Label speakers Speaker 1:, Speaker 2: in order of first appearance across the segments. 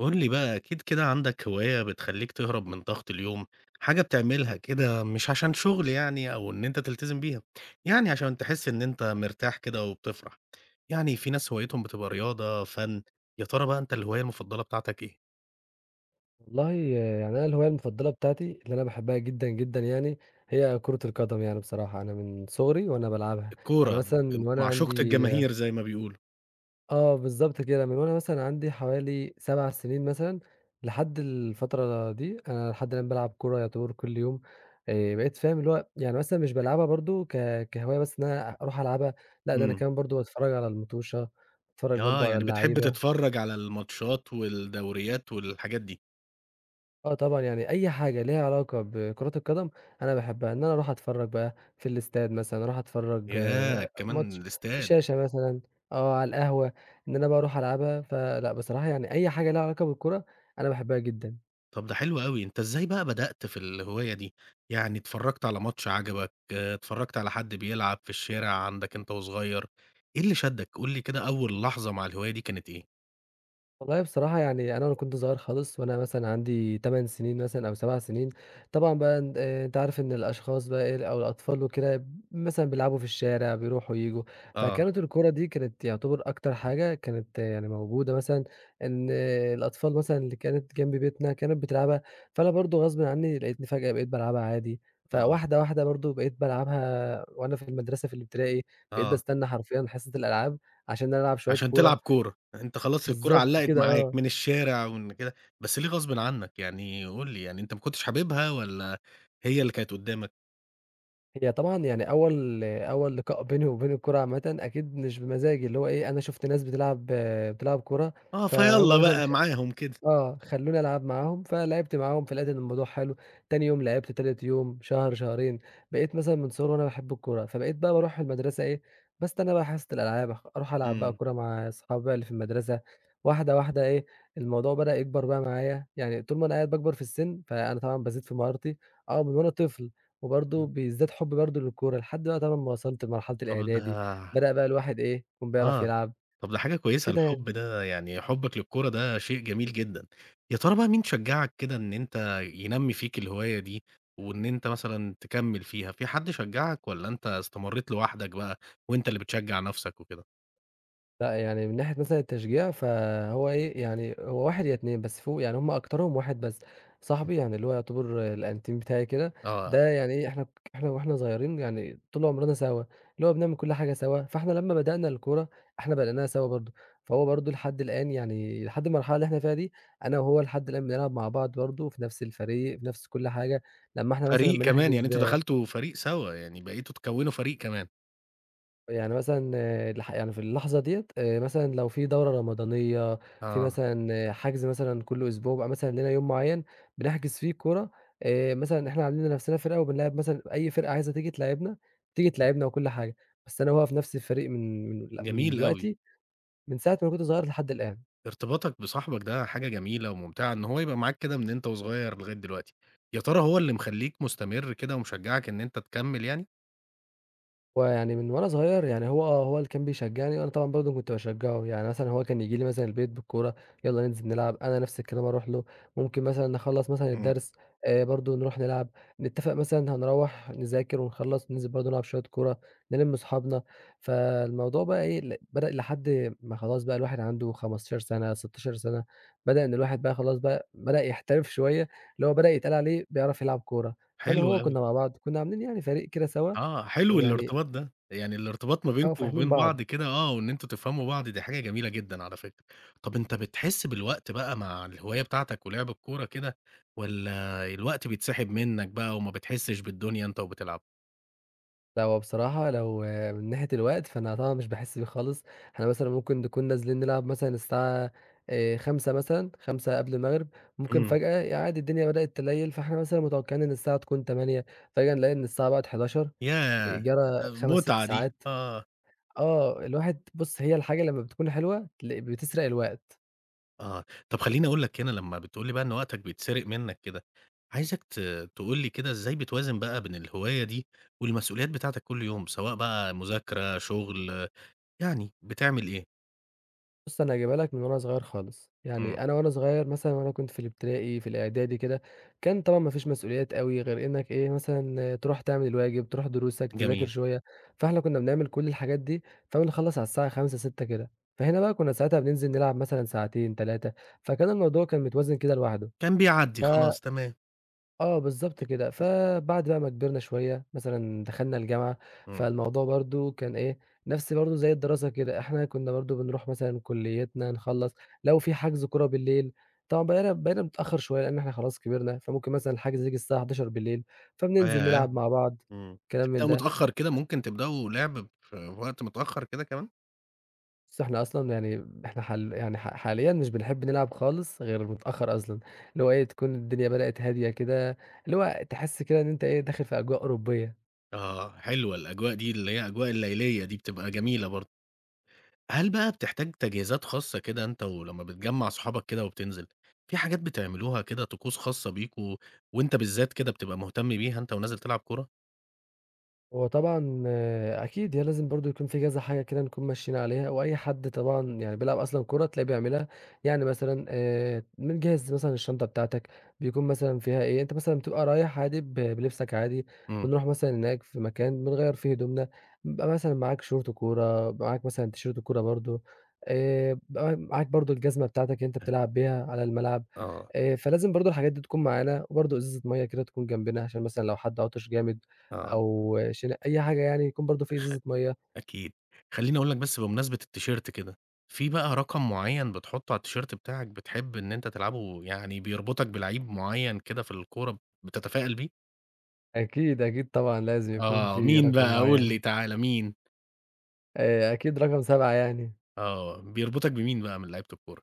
Speaker 1: قُل لي بقى أكيد كده عندك هواية بتخلّيك تهرب من ضغط اليوم، حاجة بتعملها كده مش عشان شغل يعني أو إن أنت تلتزم بيها، يعني عشان تحس إن أنت مرتاح كده وبتفرح، يعني في ناس هوايتهم بتبقى رياضة، فَن، يا ترى بقى أنت الهواية المفضلة بتاعتك إيه؟
Speaker 2: والله يعني أنا الهواية المفضلة بتاعتي اللي أنا باحبها جدًا، جدًا يعني هي كرة القدم يعني بصراحة. أنا من صغري وأنا بالعبها، يعني
Speaker 1: الكورة،
Speaker 2: مثلًا من وأنا
Speaker 1: معشوقة
Speaker 2: عندي.
Speaker 1: الجماهير زي ما بيقولوا،
Speaker 2: آه بالضبط كده، من وأنا مثلًا عندي حوالي 7 سنين مثلًا لحد الفترة دي. أنا لحد الآن بالعب كورة يعتبر كل يوم. بقيت فاهم اللي هو يعني مثلًا مش بالعبها برضه كهواية بس إن أنا أروح ألعبها. لأ ده أنا
Speaker 1: إمم،
Speaker 2: كمان برضه باتفرج على المطوشة، باتفرج برضه
Speaker 1: آه،
Speaker 2: على
Speaker 1: يعني بتحب
Speaker 2: اللعيبة.
Speaker 1: تتفرّج على الماتشات والدوريات والحاجات دي،
Speaker 2: آه طبعًا، يعني أي حاجة ليها علاقة بكرة القدم أنا باحبها، إن أنا أروح أتفرّج بقى في الإستاد مثلًا، أروح أتفرّج
Speaker 1: ياه!
Speaker 2: ماتش
Speaker 1: كمان
Speaker 2: في
Speaker 1: الإستاد.
Speaker 2: شاشة مثلًا، آه على القهوة، إن أنا بقى أروح ألعبها. فلأ بصراحة يعني أي حاجة ليها علاقة بالكورة أنا باحبها جدًا.
Speaker 1: طب ده حلو أوي، أنت إزاي بقى بدأت في الهواية دي؟ يعني اتفرّجت على ماتش عجبك، اتفرّجت على حد بيلعب في الشارع عندك أنت وصغير، إيه اللي شدّك؟ قُل لي كده أول لحظة مع الهواية دي كانت إيه؟
Speaker 2: والله بصراحة يعني أنا وأنا كنت صغير خالص وأنا مثلًا عندي 8 سنين مثلًا أو 7 سنين. طبعًا بقى أن أنت عارف إن الأشخاص بقى إيه أو الأطفال وكده مثلًا بيلعبوا في الشارع، بيروحوا وييجوا.
Speaker 1: آه،
Speaker 2: فكانت الكورة دي كانت يعتبر أكتر حاجة كانت يعني موجودة مثلًا. إن آه، الأطفال مثلًا اللي كانت جنب بيتنا كانت بتلعبها. فأنا برضه غصبٍ عني لقيتني فجأة بقيت بالعبها عادي.
Speaker 1: آه،
Speaker 2: فواحدة واحدة برضه بقيت بالعبها وأنا في المدرسة في الابتدائي. بقيت
Speaker 1: آه،
Speaker 2: باستنى حرفيًا حصة الألعاب عشان ألعب شوية
Speaker 1: عشان
Speaker 2: كورة.
Speaker 1: تلعب كورة، أنت خلاص الكورة
Speaker 2: بالضبط
Speaker 1: علّقت
Speaker 2: كده
Speaker 1: معاك
Speaker 2: آه.
Speaker 1: من الشارع ومن كده، بس ليه غصبٍ عنك؟ يعني قُل لي، يعني أنت ما كنتش حاببها والّا هي اللي كانت قدّامك؟
Speaker 2: هي طبعًا يعني أول أول لقاء بيني وبين الكورة عامةً أكيد مش بمزاجي، اللي هو إيه، أنا شُفت ناس بتلعب كورة.
Speaker 1: آه،
Speaker 2: فهُم
Speaker 1: فيالّا
Speaker 2: مثلًا
Speaker 1: بقى معاهم كده،
Speaker 2: آه، خلّوني ألعب معاهم، فلعبت معاهم فلقيت إن الموضوع حلو. تاني يوم لعبت، تالت يوم، شهر، شهرين. بقيت مثلًا من صغري وأنا باحب الكورة. فبقيت بقى باروح المدرسة إيه، باستنى بقى حصة الألعاب، أخ أروح ألعب بقى
Speaker 1: إمم،
Speaker 2: كورة مع أصحابي بقى اللي في المدرسة. واحدة، واحدة إيه، الموضوع بدأ يكبر بقى معايا، يعني طول ما أنا قاعد باكبر في السِن، فأنا طبعًا بازيد في مهارتي، آه، من وأنا طفل. وبرضه
Speaker 1: إمم،
Speaker 2: بيزداد حُبّي برضه للكورة، لحد بقى طبعًا ما وصلت لمرحلة
Speaker 1: طب ده
Speaker 2: الإعدادي، بدأ بقى الواحد إيه، يكون بيعرف
Speaker 1: آه.
Speaker 2: يلعب،
Speaker 1: طب ده حاجة كويسة،
Speaker 2: كده يعني.
Speaker 1: الحب ده يعني حُبّك للكورة ده شيء جميل جدًا. يا ترى بقى مين شجّعك كده إن أنت ينمّي فيك الهواية دي، وإن أنت مثلًا تكمّل فيها، في حد شجّعك والّا أنت استمرّيت لوحدك بقى وأنت اللي بتشجّع نَفْسك وكده؟
Speaker 2: لأ، يعني من ناحية مثلًا التشجيع فهو إيه، يعني هو 1 يا 2 بس فوق يعني هم أكترهم 1 بس،
Speaker 1: إمم.
Speaker 2: صاحبي يعني اللي هو يعتبر الأنتيم بتاعي كده.
Speaker 1: آه،
Speaker 2: ده يعني إيه، إحنا وإحنا صغيرين يعني طول عمرنا سوا، اللي هو بنعمل كل حاجة سوا. فإحنا لمّا بدأنا الكورة إحنا بدأناها سوا برضه. فهو برضه لحد الآن يعني لحد المرحلة اللي إحنا فيها دي، أنا وهو لحد الآن بنلعب مع بعض برضه في نفس الفريق، في نفس كل حاجة. لمّا إحنا مثلًا
Speaker 1: فريق كمان، يعني
Speaker 2: بنحجز.
Speaker 1: أنتم دخلتوا فريق سوا، يعني بقيتوا تكوّنوا فريق كمان.
Speaker 2: يعني مثلًا يعني في اللحظة ديّة مثلًا لو في دورة رمضانية، في
Speaker 1: آه.
Speaker 2: مثلًا آه، حجز مثلًا كل أسبوع بيبقى مثلًا لينا يوم معيّن بنحجز فيه كورة. مثلًا إحنا عاملين لنفسنا فرقة وبنلاعب مثلًا أي فرقة عايزة تيجي تلاعبنا، تيجي تلاعبنا وكل حاجة. بس أنا هو في نفس الفريق من
Speaker 1: جميل أوي،
Speaker 2: دلوقتي، من ساعة ما أنا كنت صغير لحد الآن.
Speaker 1: ارتباطك بصاحبك ده حاجة جميلة وممتعة، إن هو يبقى معاك كده من أنت وصغير لغاية دلوقتي. يا ترى هو اللي مخلّيك مستمر كده ومشجّعك إن أنت تكمّل يعني؟
Speaker 2: هو يعني من وأنا صغير يعني هو آه، هو اللي كان بيشجّعني وأنا طبعًا برضه كنت باشجّعه. يعني مثلًا هو كان ييجي لي مثلًا البيت بالكورة، يالّا ننزل نلعب، أنا نفس الكلام أروح له. ممكن مثلًا نخلّص مثلًا الدرس برضه نروح نلعب. نتّفق مثلًا هنروّح نذاكر ونخلّص ننزل برضه نلعب شوية كورة، نلِم صحابنا. فالموضوع بقى إيه بدأ لحد ما خلاص بقى الواحد عنده 15 سَنة، 16 سَنة. بدأ إن الواحد بقى خلاص بقى بدأ يحترف شوية، اللي هو بدأ يتقال عليه بيعرف يلعب كورة. فأنا
Speaker 1: حلو
Speaker 2: وهو
Speaker 1: أوي،
Speaker 2: كنا مع بعض، كنا عاملين يعني فريق كده سوا
Speaker 1: آه، حلو
Speaker 2: ويعني
Speaker 1: الارتباط ده، يعني الارتباط ما
Speaker 2: آه،
Speaker 1: بينكم
Speaker 2: فاهمين
Speaker 1: وبين
Speaker 2: بعض.
Speaker 1: بعض كده آه، وإن أنتم تفهموا بعض دي حاجة جميلة جدًا على فكرة. طب أنت بتحس بالوقت بقى مع الهواية بتاعتك ولعب الكورة كده، والّا الوقت بيتسحب منك بقى وما بتحسش بالدنيا أنت وبتلعب؟
Speaker 2: لأ، هو بصراحة لو آه، من ناحية الوقت، فأنا طبعًا مش باحس بيه خالص. إحنا مثلًا ممكن نكون نازلين نلعب مثلًا الساعة 17:00 مثلًا، 17:00 قبل المغرب. ممكن
Speaker 1: إمم،
Speaker 2: فجأة يا عادي الدنيا بدأت تليل، فإحنا مثلًا متوقعين إن الساعة تكون 20:00. فجأة نلاقي إن الساعة بقت 23:00،
Speaker 1: ياه!
Speaker 2: جرى 5، 6
Speaker 1: متعة دي،
Speaker 2: ساعات.
Speaker 1: آه،
Speaker 2: آه، الواحد بُص، هي الحاجة لمّا بتكون حلوة بتسرق الوقت.
Speaker 1: آه. طب خلّيني أقول لك هنا لمّا بتقول لي بقى إن وقتك بيتسرق منك كده، عايزك تقول لي كده إزاي بتوازن بقى بين الهواية دي والمسؤوليات بتاعتك كل يوم، سواء بقى مذاكرة، شغل يعني بتعمل إيه؟
Speaker 2: بُص، أنا جايبها لك من وأنا صغير خالص،
Speaker 1: إمم.
Speaker 2: يعني أنا وأنا صغير مثلًا وأنا كنت في الابتدائي، في الإعدادي كده. كان طبعًا ما فيش مسؤوليات أوي غير إنك إيه، مثلًا تروح تعمل الواجب، تروح دروسك، تذاكر
Speaker 1: جميل.
Speaker 2: شوية. فإحنا كنا بنعمل كل الحاجات دي، فبنخلّص على الساعة 17:00، 18:00 كده. فهنا بقى كنا ساعتها بننزل نلعب مثلًا ساعتين، 3. فكان الموضوع كان متوازن كده لوحده.
Speaker 1: كان بيعدّي
Speaker 2: ف
Speaker 1: خلاص تمام.
Speaker 2: آه، بالضبط كده. فبعد بقى ما كبرنا شوية، مثلًا دخلنا الجامعة.
Speaker 1: إمم.
Speaker 2: فالموضوع برضه كان إيه، نفس برضه زي الدراسة كده، إحنا كنا برضه بنروح مثلًا كُلّيتنا نخلّص. لو في حجز كورة بالليل طبعًا بقينا بنتأخّر شوية لإن إحنا خلاص كبرنا. فممكن مثلًا الحجز ييجي الساعة 23:00، فبننزل
Speaker 1: ياه!
Speaker 2: نلعب مع بعض.
Speaker 1: إمم.
Speaker 2: كلام من
Speaker 1: تبدأوا
Speaker 2: ده.
Speaker 1: متأخّر كده، ممكن تبدأوا لعب في وقت متأخّر كده كمان؟
Speaker 2: بس إحنا أصلًا يعني إحنا يعني حاليًا مش بنحب نلعب خالص غير متأخّر أصلًا، اللي هو إيه، تكون الدنيا بدأت هادية كده، اللي هو تحس كده إن أنت إيه، داخل في أجواء أوروبية.
Speaker 1: آه، حلوة الأجواء دي، اللي هي أجواء الليلية دي بتبقى جميلة برضه. هل بقى بتحتاج تجهيزات خاصة كده أنت ولمّا بتجمّع صحابك كده وبتنزل، في حاجات بتعملوها كده طقوس خاصة بيكم وأنت بالذات كده بتبقى مهتم بيها أنت ونازل تلعب كورة؟
Speaker 2: هو طبعًا آه، أكيد، هي لازم برضه يكون في كذا حاجة كده نكون ماشيين عليها، وأي حد طبعًا يعني بيلعب أصلًا كورة تلاقيه بيعملها. يعني مثلًا بنجهّز مثلًا الشنطة بتاعتك، بيكون مثلًا فيها إيه، أنت مثلًا بتبقى رايح عادي بلبسك عادي.
Speaker 1: إمم.
Speaker 2: بنروح مثلًا هناك في مكان بنغيّر فيه هدومنا، بيبقى مثلًا معاك شورت كورة، بيبقى معاك مثلًا تيشيرت كورة برضه. بيبقى معاك برضه الجزمة بتاعتك اللي أنت بتلعب بيها على الملعب.
Speaker 1: آه،
Speaker 2: فلازم برضه الحاجات دي تكون معانا، وبرضه إزازة مَيّة كده تكون جنبنا عشان مثلًا لو حد عطش جامد.
Speaker 1: آه.
Speaker 2: أو أي حاجة يعني يكون برضه في إزازة مَيّة.
Speaker 1: أكيد. خلّيني أقول لك بس بمناسبة التيشيرت كده، في بقى رقم معيّن بتحطّه على التيشيرت بتاعك بتحب إن أنت تلعبه، يعني بيربطك بلعيب معيّن كده في الكورة بتتفائل بيه؟
Speaker 2: أكيد، أكيد طبعًا لازم يكون
Speaker 1: آه،
Speaker 2: في
Speaker 1: مين
Speaker 2: رقم
Speaker 1: بقى قُل لي
Speaker 2: معيّن.
Speaker 1: تعالَ مين؟
Speaker 2: أكيد رقم 7 يعني.
Speaker 1: آه، بيربطك بمين بقى من لعيبة الكورة؟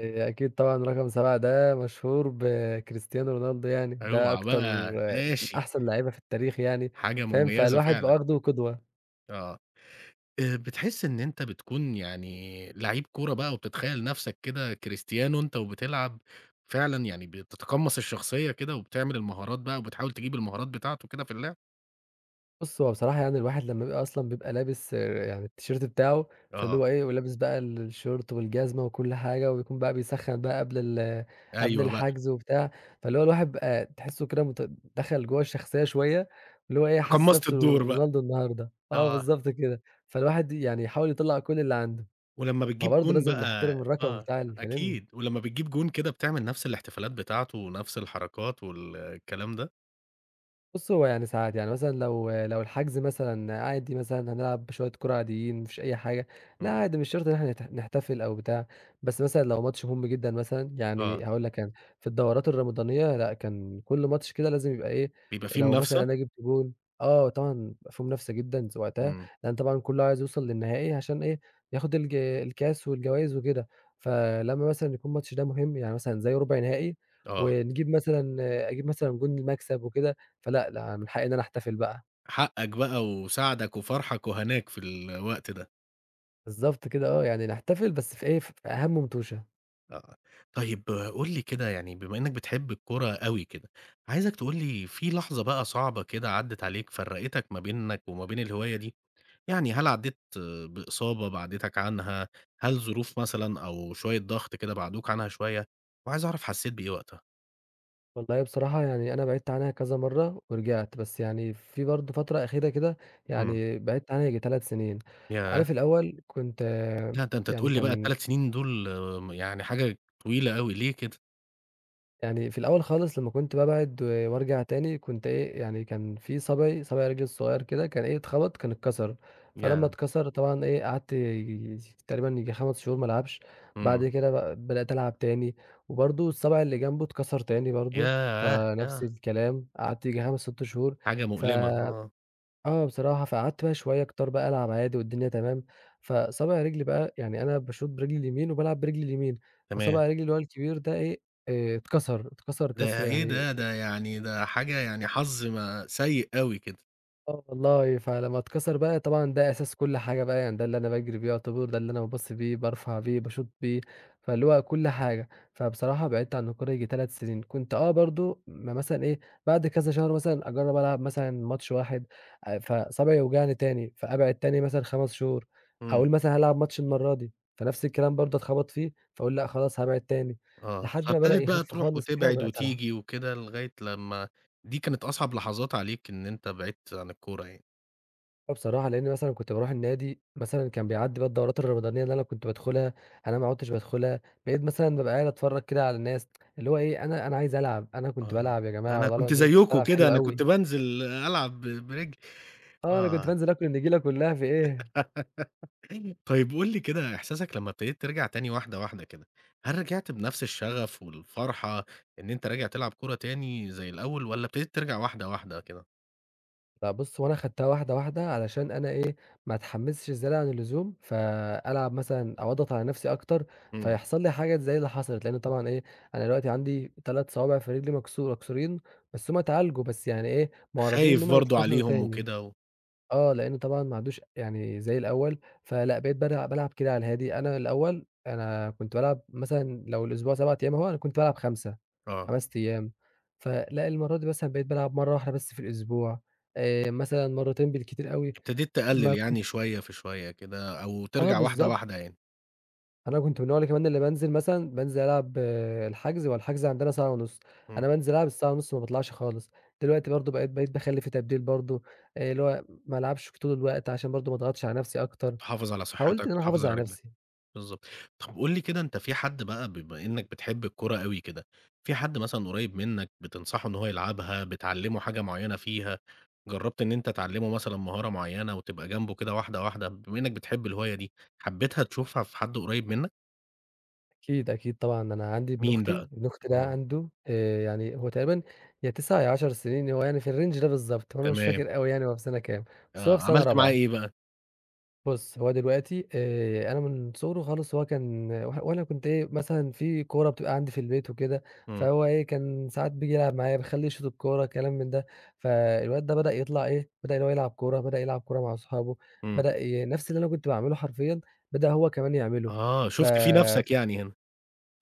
Speaker 2: أكيد طبعًا رقم 7 ده مشهور بكريستيانو رونالدو يعني، ده
Speaker 1: اوعى
Speaker 2: أكتر
Speaker 1: بقى
Speaker 2: آه، من
Speaker 1: ماشي،
Speaker 2: أحسن لعيبة في التاريخ يعني،
Speaker 1: حاجة
Speaker 2: فاهم؟
Speaker 1: مميزة
Speaker 2: فالواحد بقى
Speaker 1: فعلًا،
Speaker 2: واخده قدوة.
Speaker 1: آه. بتحس إن أنت بتكون يعني لعيب كورة بقى وبتتخيّل نَفْسك كده كريستيانو أنت وبتلعب، فعلًا يعني بتتقمّص الشخصية كده وبتعمل المهارات بقى وبتحاول تجيب المهارات بتاعته كده في اللعب؟
Speaker 2: بُص، هو بصراحة يعني الواحد لمّا بيبقى أصلًا بيبقى لابس يعني التيشيرت بتاعه، فاللي
Speaker 1: آه،
Speaker 2: هو إيه، ولابس بقى الشورت والجزمة وكل حاجة، وبيكون بقى بيسخّن بقى قبل قبل
Speaker 1: أيوه بقى،
Speaker 2: الحجز وبتاع. فاللي هو الواحد بقى تحسّه كده دخل جوّه الشخصية شوية، اللي هو إيه، حاسس
Speaker 1: تقمّصت
Speaker 2: نَفْسه
Speaker 1: الدور بقى،
Speaker 2: رونالدو النهارده. آه،
Speaker 1: آه،
Speaker 2: بالضبط كده. فالواحد يعني يحاول يطلّع كل اللي عنده.
Speaker 1: ولمّا
Speaker 2: ما هو
Speaker 1: بتجيب
Speaker 2: برضه
Speaker 1: جون
Speaker 2: لازم نحترم
Speaker 1: بقى
Speaker 2: الرقم
Speaker 1: آه،
Speaker 2: بتاع الفانلة.
Speaker 1: أكيد، ولمّا بتجيب جون كده بتعمل نَفْس الاحتفالات بتاعته ونَفْس الحركات والكلام ده؟
Speaker 2: بُص، هو يعني ساعات، يعني مثلًا لو الحجز مثلًا عادي مثلًا هنلعب شوية كورة عاديين، ما فيش أي حاجة، لأ
Speaker 1: إمم،
Speaker 2: عادي مش شرط إن إحنا نحتفل أو بتاع. بس مثلًا لو ماتش مهم جدًا مثلًا، يعني
Speaker 1: آه،
Speaker 2: هاقول لك أنا في الدورات الرمضانية لأ، كان كل ماتش كده لازم يبقى إيه،
Speaker 1: بيبقى في
Speaker 2: لو مثلًا
Speaker 1: منافسة؟
Speaker 2: أنا جِبت جون، آه، طبعًا بيبقى في منافسة جدًا وقتها.
Speaker 1: إمم،
Speaker 2: لأن طبعًا كله عايز يوصل للنهائي عشان إيه، ياخد الكاس والجوايز وكده. فلمّا مثلًا يكون الماتش ده مهم، يعني مثلًا زي ربع نهائي
Speaker 1: آه،
Speaker 2: ونجيب مثلًا أجيب مثلًا جون المكسب وكده، فلأ، لأ، من حقي إن أنا أحتفل بقى.
Speaker 1: حقّك بقى وسعدك وفرحك وهناك في الوقت ده.
Speaker 2: بالضبط كده آه، يعني نحتفل بس في إيه، في أهَم مُنتوشة.
Speaker 1: آه. طيب قُل لي كده يعني بما إنّك بتحب الكورة أوي كده، عايزك تقول لي في لحظة بقى صعبة كده عدّت عليك فرّقتك ما بينك وما بين الهواية دي؟ يعني هل عدّيت بإصابة بَعَدتك عنها، هل ظروف مثلًا أو شوية ضغط كده بَعدوك عنها شوية؟ وعايز أعرف حسّيت بإيه وقتها؟
Speaker 2: والله بصراحة يعني أنا بعِدت عنها كذا مرّة ورجعت، بس يعني في برضه فترة أخيرة كده
Speaker 1: إمم.
Speaker 2: يعني بعِدت عنها ييجي 3 سنين.
Speaker 1: ياه!
Speaker 2: عارف الأول كنت
Speaker 1: لأ ده أنت
Speaker 2: يعني
Speaker 1: تقول لي بقى
Speaker 2: كان
Speaker 1: ال3 سنين دول يعني حاجة طويلة أوي، ليه كده؟
Speaker 2: يعني في الأول خالص لمّا كنت بابعد و وارجع تاني كنت إيه، يعني كان في صابعي، صابع رجلي الصغيّر كده كان إيه، اتخبط كان اتكسر. فلمّا
Speaker 1: ياه!
Speaker 2: اتكسر طبعًا إيه، قعدت تقريبًا ييجي 5 شهور ما العبش. بعد
Speaker 1: إمم.
Speaker 2: كده بقى بدأت ألعب تاني، وبرضه الصابع اللي جنبه اتكسر تاني برضه.
Speaker 1: ياه!
Speaker 2: فنفس
Speaker 1: ياه!
Speaker 2: الكلام قعدت ييجي 5، 6 شهور.
Speaker 1: حاجة
Speaker 2: ف
Speaker 1: مؤلمة، آه.
Speaker 2: آه بصراحة، فقعدت بقى شوية كتار بقى ألعب عادي والدنيا تمام. فصابع رجلي بقى يعني أنا باشوط برجلي اليمين وبالعب برجلي اليمين،
Speaker 1: تمام.
Speaker 2: فصابع رجلي اللي هو الكبير ده إيه، اتكسر، اتكسر كسر
Speaker 1: ده إيه
Speaker 2: يعني،
Speaker 1: ده! ده يعني ده حاجة يعني حظ ما سيء أوي كده.
Speaker 2: آه والله. فلمّا اتكسر بقى طبعًا ده أساس كل حاجة بقى، يعني ده اللي أنا باجري بيه يعتبر، ده اللي أنا باباص بيه، بارفع بيه، باشوط بيه، فاللي هو كل حاجة. فبصراحة بعدت عن الكورة ييجي 3 سنين، كنت آه برضه مثلًا إيه، بعد كذا شهر مثلًا أجرّب ألعب مثلًا ماتش واحد. فصابعي يوجعني تاني، فأبعد تاني مثلًا 5 شهور.
Speaker 1: إمم،
Speaker 2: أقول مثلًا هالعب ماتش المرّة دي، فنفس الكلام برضه أتخبط فيه، فأقول لأ خلاص هابعد تاني،
Speaker 1: آه.
Speaker 2: لحد ما بدأ
Speaker 1: فابتدت بقى
Speaker 2: يخف
Speaker 1: تروح
Speaker 2: خالص كده
Speaker 1: وتبعد
Speaker 2: وبدأت ألعب.
Speaker 1: وتيجي وكده لغاية لمّا دي كانت أصعب لحظات عليك إن أنت بعدت عن الكورة يعني.
Speaker 2: آه بصراحة، لإن مثلًا كنت باروح النادي، مثلًا كان بيعدّي بقى الدورات الرمضانية اللي أنا كنت بادخلها، أنا ما عُدتش بادخلها، بقيت مثلًا بابقى قاعد أتفرّج كده على الناس، اللي هو إيه، أنا عايز ألعب، أنا كنت
Speaker 1: آه.
Speaker 2: بالعب يا جماعة
Speaker 1: أنا
Speaker 2: والله
Speaker 1: كنت
Speaker 2: العظيم كنت
Speaker 1: زيّكم
Speaker 2: بالعب
Speaker 1: كده،
Speaker 2: حلو
Speaker 1: أنا
Speaker 2: أوي.
Speaker 1: كنت بانزل ألعب برجلي.
Speaker 2: آه، أنا كنت
Speaker 1: آه.
Speaker 2: بانزل آكل النجيلة كلّها في إيه.
Speaker 1: طيب قُل لي كده إحساسك لمّا ابتديت ترجع تاني واحدة، واحدة كده، هل رجعت بنفس الشغف والفرحة إن أنت راجع تلعب كورة تاني زي الأول والّا ابتديت ترجع واحدة، واحدة كده؟
Speaker 2: لأ بُص، هو أنا خدتها واحدة، واحدة علشان أنا إيه، ما أتحمّسش زيادة عن اللزوم، فألعب مثلًا أو أضغط على نَفْسي أكتر،
Speaker 1: إمم.
Speaker 2: فيحصل لي حاجة زي اللي حصلت. لإن طبعًا إيه، أنا دلوقتي عندي 3 صوابع في رجلي مكسورين، بس هُم اتعالجوا، بس يعني إيه، معرضين إن
Speaker 1: خايف
Speaker 2: هُم
Speaker 1: برضه
Speaker 2: يتكسروا
Speaker 1: عليهم
Speaker 2: تاني.
Speaker 1: وكده
Speaker 2: آه، لإنه طبعًا ما عادوش يعني زي الأول. فلأ بقيت بارع بالعب كده على الهادي، أنا الأول أنا كنت بالعب مثلًا لو الأسبوع 7 أيام أهو، أنا كنت بالعب 5،
Speaker 1: آه،
Speaker 2: 5 أيام. فلأ المرّة دي مثلًا بقيت بالعب مرّة واحدة بس في الأسبوع، مثلًا مرّتين بالكتير أوي.
Speaker 1: ابتديت
Speaker 2: ما
Speaker 1: تقلل
Speaker 2: كنت
Speaker 1: يعني شوية في شوية كده أو
Speaker 2: آه
Speaker 1: ترجع واحدة
Speaker 2: بالضبط.
Speaker 1: واحدة يعني،
Speaker 2: أنا كنت من النوع اللي كمان اللي بانزل مثلًا بانزل ألعب الحجز. هو الحجز عندنا ساعة ونُص،
Speaker 1: إمم،
Speaker 2: أنا بانزل ألعب الساعة ونُص ما باطلعش خالص. دلوقتي برضه بقيت باخلّي في تبديل برضه، اللي هو ما ألعبش طول الوقت عشان برضه ما أضغطش على نفسي أكتر.
Speaker 1: تحافظ على
Speaker 2: حاولت إن
Speaker 1: صحتك
Speaker 2: أنا
Speaker 1: وتحافظ
Speaker 2: أحافظ
Speaker 1: على
Speaker 2: على
Speaker 1: رجلك،
Speaker 2: نفسي.
Speaker 1: بالضبط. طب قُل لي كده أنت في حد بقى بما إنك بتحب الكورة أوي كده، في حد مثلًا قريب منك بتنصحه إن هو يلعبها، بتعلمه حاجة معينة فيها، جربت إن أنت تعلمه مثلًا مهارة معينة وتبقى جنبه كده واحدة واحدة، بما إنك بتحب الهواية دي، حبيتها تشوفها في حد قريب منك؟
Speaker 2: أكيد، أكيد طبعًا، أنا عندي ابن
Speaker 1: مين
Speaker 2: أختي،
Speaker 1: بقى؟
Speaker 2: ابن أختي ده
Speaker 1: إمم،
Speaker 2: عنده يعني هو تقريبًا يا 9 يا 10 سنين. هو يعني في الrange ده بالضبط، هو أنا مش
Speaker 1: تمام،
Speaker 2: فاكر أوي يعني هو في سنة كام، بس هو
Speaker 1: آه،
Speaker 2: في سنة
Speaker 1: عملت معاه
Speaker 2: رابعة.
Speaker 1: إيه بقى؟
Speaker 2: بُص، هو دلوقتي أنا من صغره خالص وهو كان وأنا كنت إيه، مثلًا في كورة بتبقى عندي في البيت وكده،
Speaker 1: إمم،
Speaker 2: فهو إيه، كان ساعات بييجي يلعب معايا، باخلّيه يشوط الكورة، كلام من ده. فالواد ده بدأ يطلع إيه، بدأ إن هو يلعب كورة، بدأ يلعب كورة مع أصحابه،
Speaker 1: إمم،
Speaker 2: بدأ ي نفس اللي أنا كنت باعمله حرفيًا، بدأ هو كمان يعمله.
Speaker 1: آه،
Speaker 2: ف
Speaker 1: شُفت فيه نفسك يعني هنا،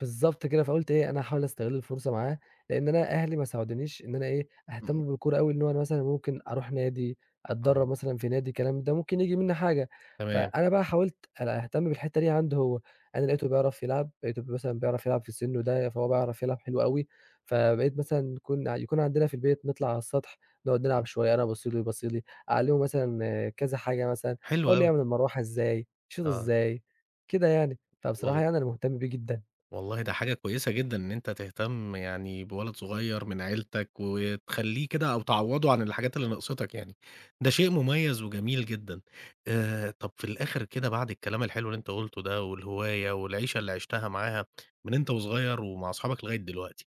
Speaker 2: بالضبط كده، فقُلت إيه، أنا هاحاول أستغل الفرصة معاه، لإن أنا أهلي ما ساعدونيش إن أنا إيه،
Speaker 1: إمم،
Speaker 2: أهتم بالكورة أوي، إن هو أنا مثلًا ممكن أروح نادي،
Speaker 1: آه.
Speaker 2: أتدرّب مثلًا في نادي، الكلام ده ممكن ييجي منّي حاجة.
Speaker 1: تمام،
Speaker 2: فأنا بقى حاولت أنا أهتم بالحتّة دي عنده هو. أنا لقيته بيعرف يلعب، لقيته مثلًا بيعرف يلعب في سِنّه ده، فهو بيعرف يلعب حلو أوي. فبقيت مثلًا نكون يكون عندنا في البيت نطلع على السطح، نقعد نلعب
Speaker 1: إمم،
Speaker 2: شوية، أنا أبُص له يبُص لي، أعلّمه مثلًا آه، كذا حاجة مثلًا،
Speaker 1: حلو
Speaker 2: أقول له
Speaker 1: أوي،
Speaker 2: يعمل المروحة إزاي، يشوط
Speaker 1: آه،
Speaker 2: إزاي، كده يعني. فبصراحة
Speaker 1: وال
Speaker 2: يعني أنا مهتم بيه جدًا.
Speaker 1: والله ده حاجة كويسة جدًا إن أنت تهتم يعني بولد صغير من عيلتك، وتخلّيه كده أو تعوّضه عن الحاجات اللي ناقصتك يعني، ده شيء مميز وجميل جدًا. طب في الآخر كده بعد الكلام الحلو اللي أنت قُلته ده، والهواية والعيشة اللي عِشتها معاها من أنت وصغير ومع أصحابك لغاية دلوقتي،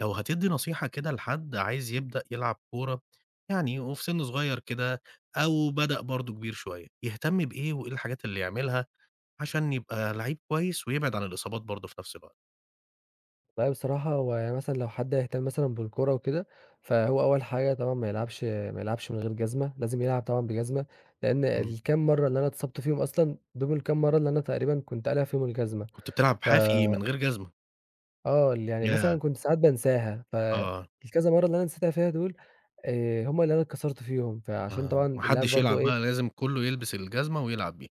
Speaker 1: لو هتدّي نصيحة كده لحد عايز يبدأ يلعب كورة يعني وفي سِن صغير كده، أو بدأ برضه كبير شوية، يهتم بإيه وإيه الحاجات اللي يعملها عشان يبقى لعيب كويس ويبعد عن الإصابات برضه في نفس الوقت.
Speaker 2: والله بصراحة هو يعني مثلًا لو حد هيهتم مثلًا بالكورة وكده، فهو أول حاجة طبعًا ما يلعبش من غير جزمة، لازم يلعب طبعًا بجزمة، لإن
Speaker 1: إمم.
Speaker 2: الكام مرّة اللي أنا اتصبت فيهم أصلًا، دُول الكام مرّة اللي أنا تقريبًا كنت قالع فيهم الجزمة.
Speaker 1: كنت بتلعب
Speaker 2: ف
Speaker 1: حافي من غير جزمة.
Speaker 2: آه، يعني مثلًا
Speaker 1: ياه!
Speaker 2: كنت ساعات بانساها،
Speaker 1: آه،
Speaker 2: فالكذا مرّة اللي أنا نسيتها فيها دول، هم اللي أنا اتكسرت فيهم، فعشان
Speaker 1: آه،
Speaker 2: طبعًا
Speaker 1: ما
Speaker 2: اللعب
Speaker 1: حدش
Speaker 2: برضه
Speaker 1: يلعب
Speaker 2: إيه.
Speaker 1: بقى لازم كله يلبس الجزمة ويلعب بيها.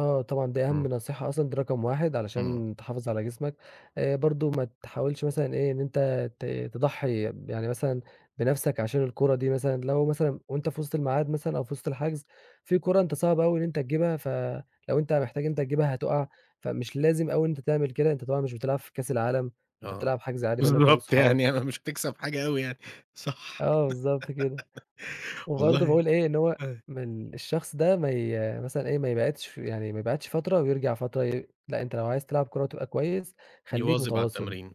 Speaker 2: آه طبعًا، دي أهم
Speaker 1: إمم.
Speaker 2: نصيحة أصلًا، دي رقم 1
Speaker 1: إمم،
Speaker 2: علشان تحافظ على جسمك. برضه ما تحاولش مثلًا إيه، إن أنت تضحّي يعني مثلًا بنَفْسك عشان الكورة دي مثلًا، لو مثلًا وأنت في وسط الميعاد مثلًا أو في وسط الحجز، في كورة أنت صعب أوي إن أنت تجيبها، فلو أنت محتاج إن أنت تجيبها هتُقع. فمش لازم أوي إن أنت تعمل كده، أنت طبعًا مش بتلعب في كأس العالم، أنت
Speaker 1: آه،
Speaker 2: بتلعب حجز عادي بينك وبين
Speaker 1: بالضبط
Speaker 2: صحابك.
Speaker 1: يعني أنا مش هتكسب حاجة أوي يعني. صح.
Speaker 2: آه بالضبط كده. وبرضه
Speaker 1: والله
Speaker 2: باقول إيه، إن هو
Speaker 1: آه،
Speaker 2: من الشخص ده ما ي مثلًا إيه، ما يبعدش يعني ما يبعدش فترة ويرجع فترة لأ، أنت لو عايز تلعب كورة وتبقى كويس خلّيك
Speaker 1: يواظب على
Speaker 2: متواصل،
Speaker 1: التمرين.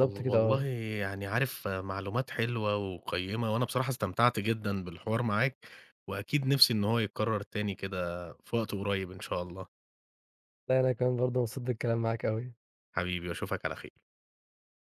Speaker 2: كده
Speaker 1: والله
Speaker 2: آه.
Speaker 1: يعني عارف معلومات حلوة وقيّمة، وأنا بصراحة استمتعت جدًا بالحوار معاك، وأكيد نفسي إن هو يتكرر تاني كده في وقت قريب إن شاء الله.
Speaker 2: لأ، أنا كمان برضه مبسوط بالكلام معاك أوي.
Speaker 1: حبيبي وأشوفك على خير.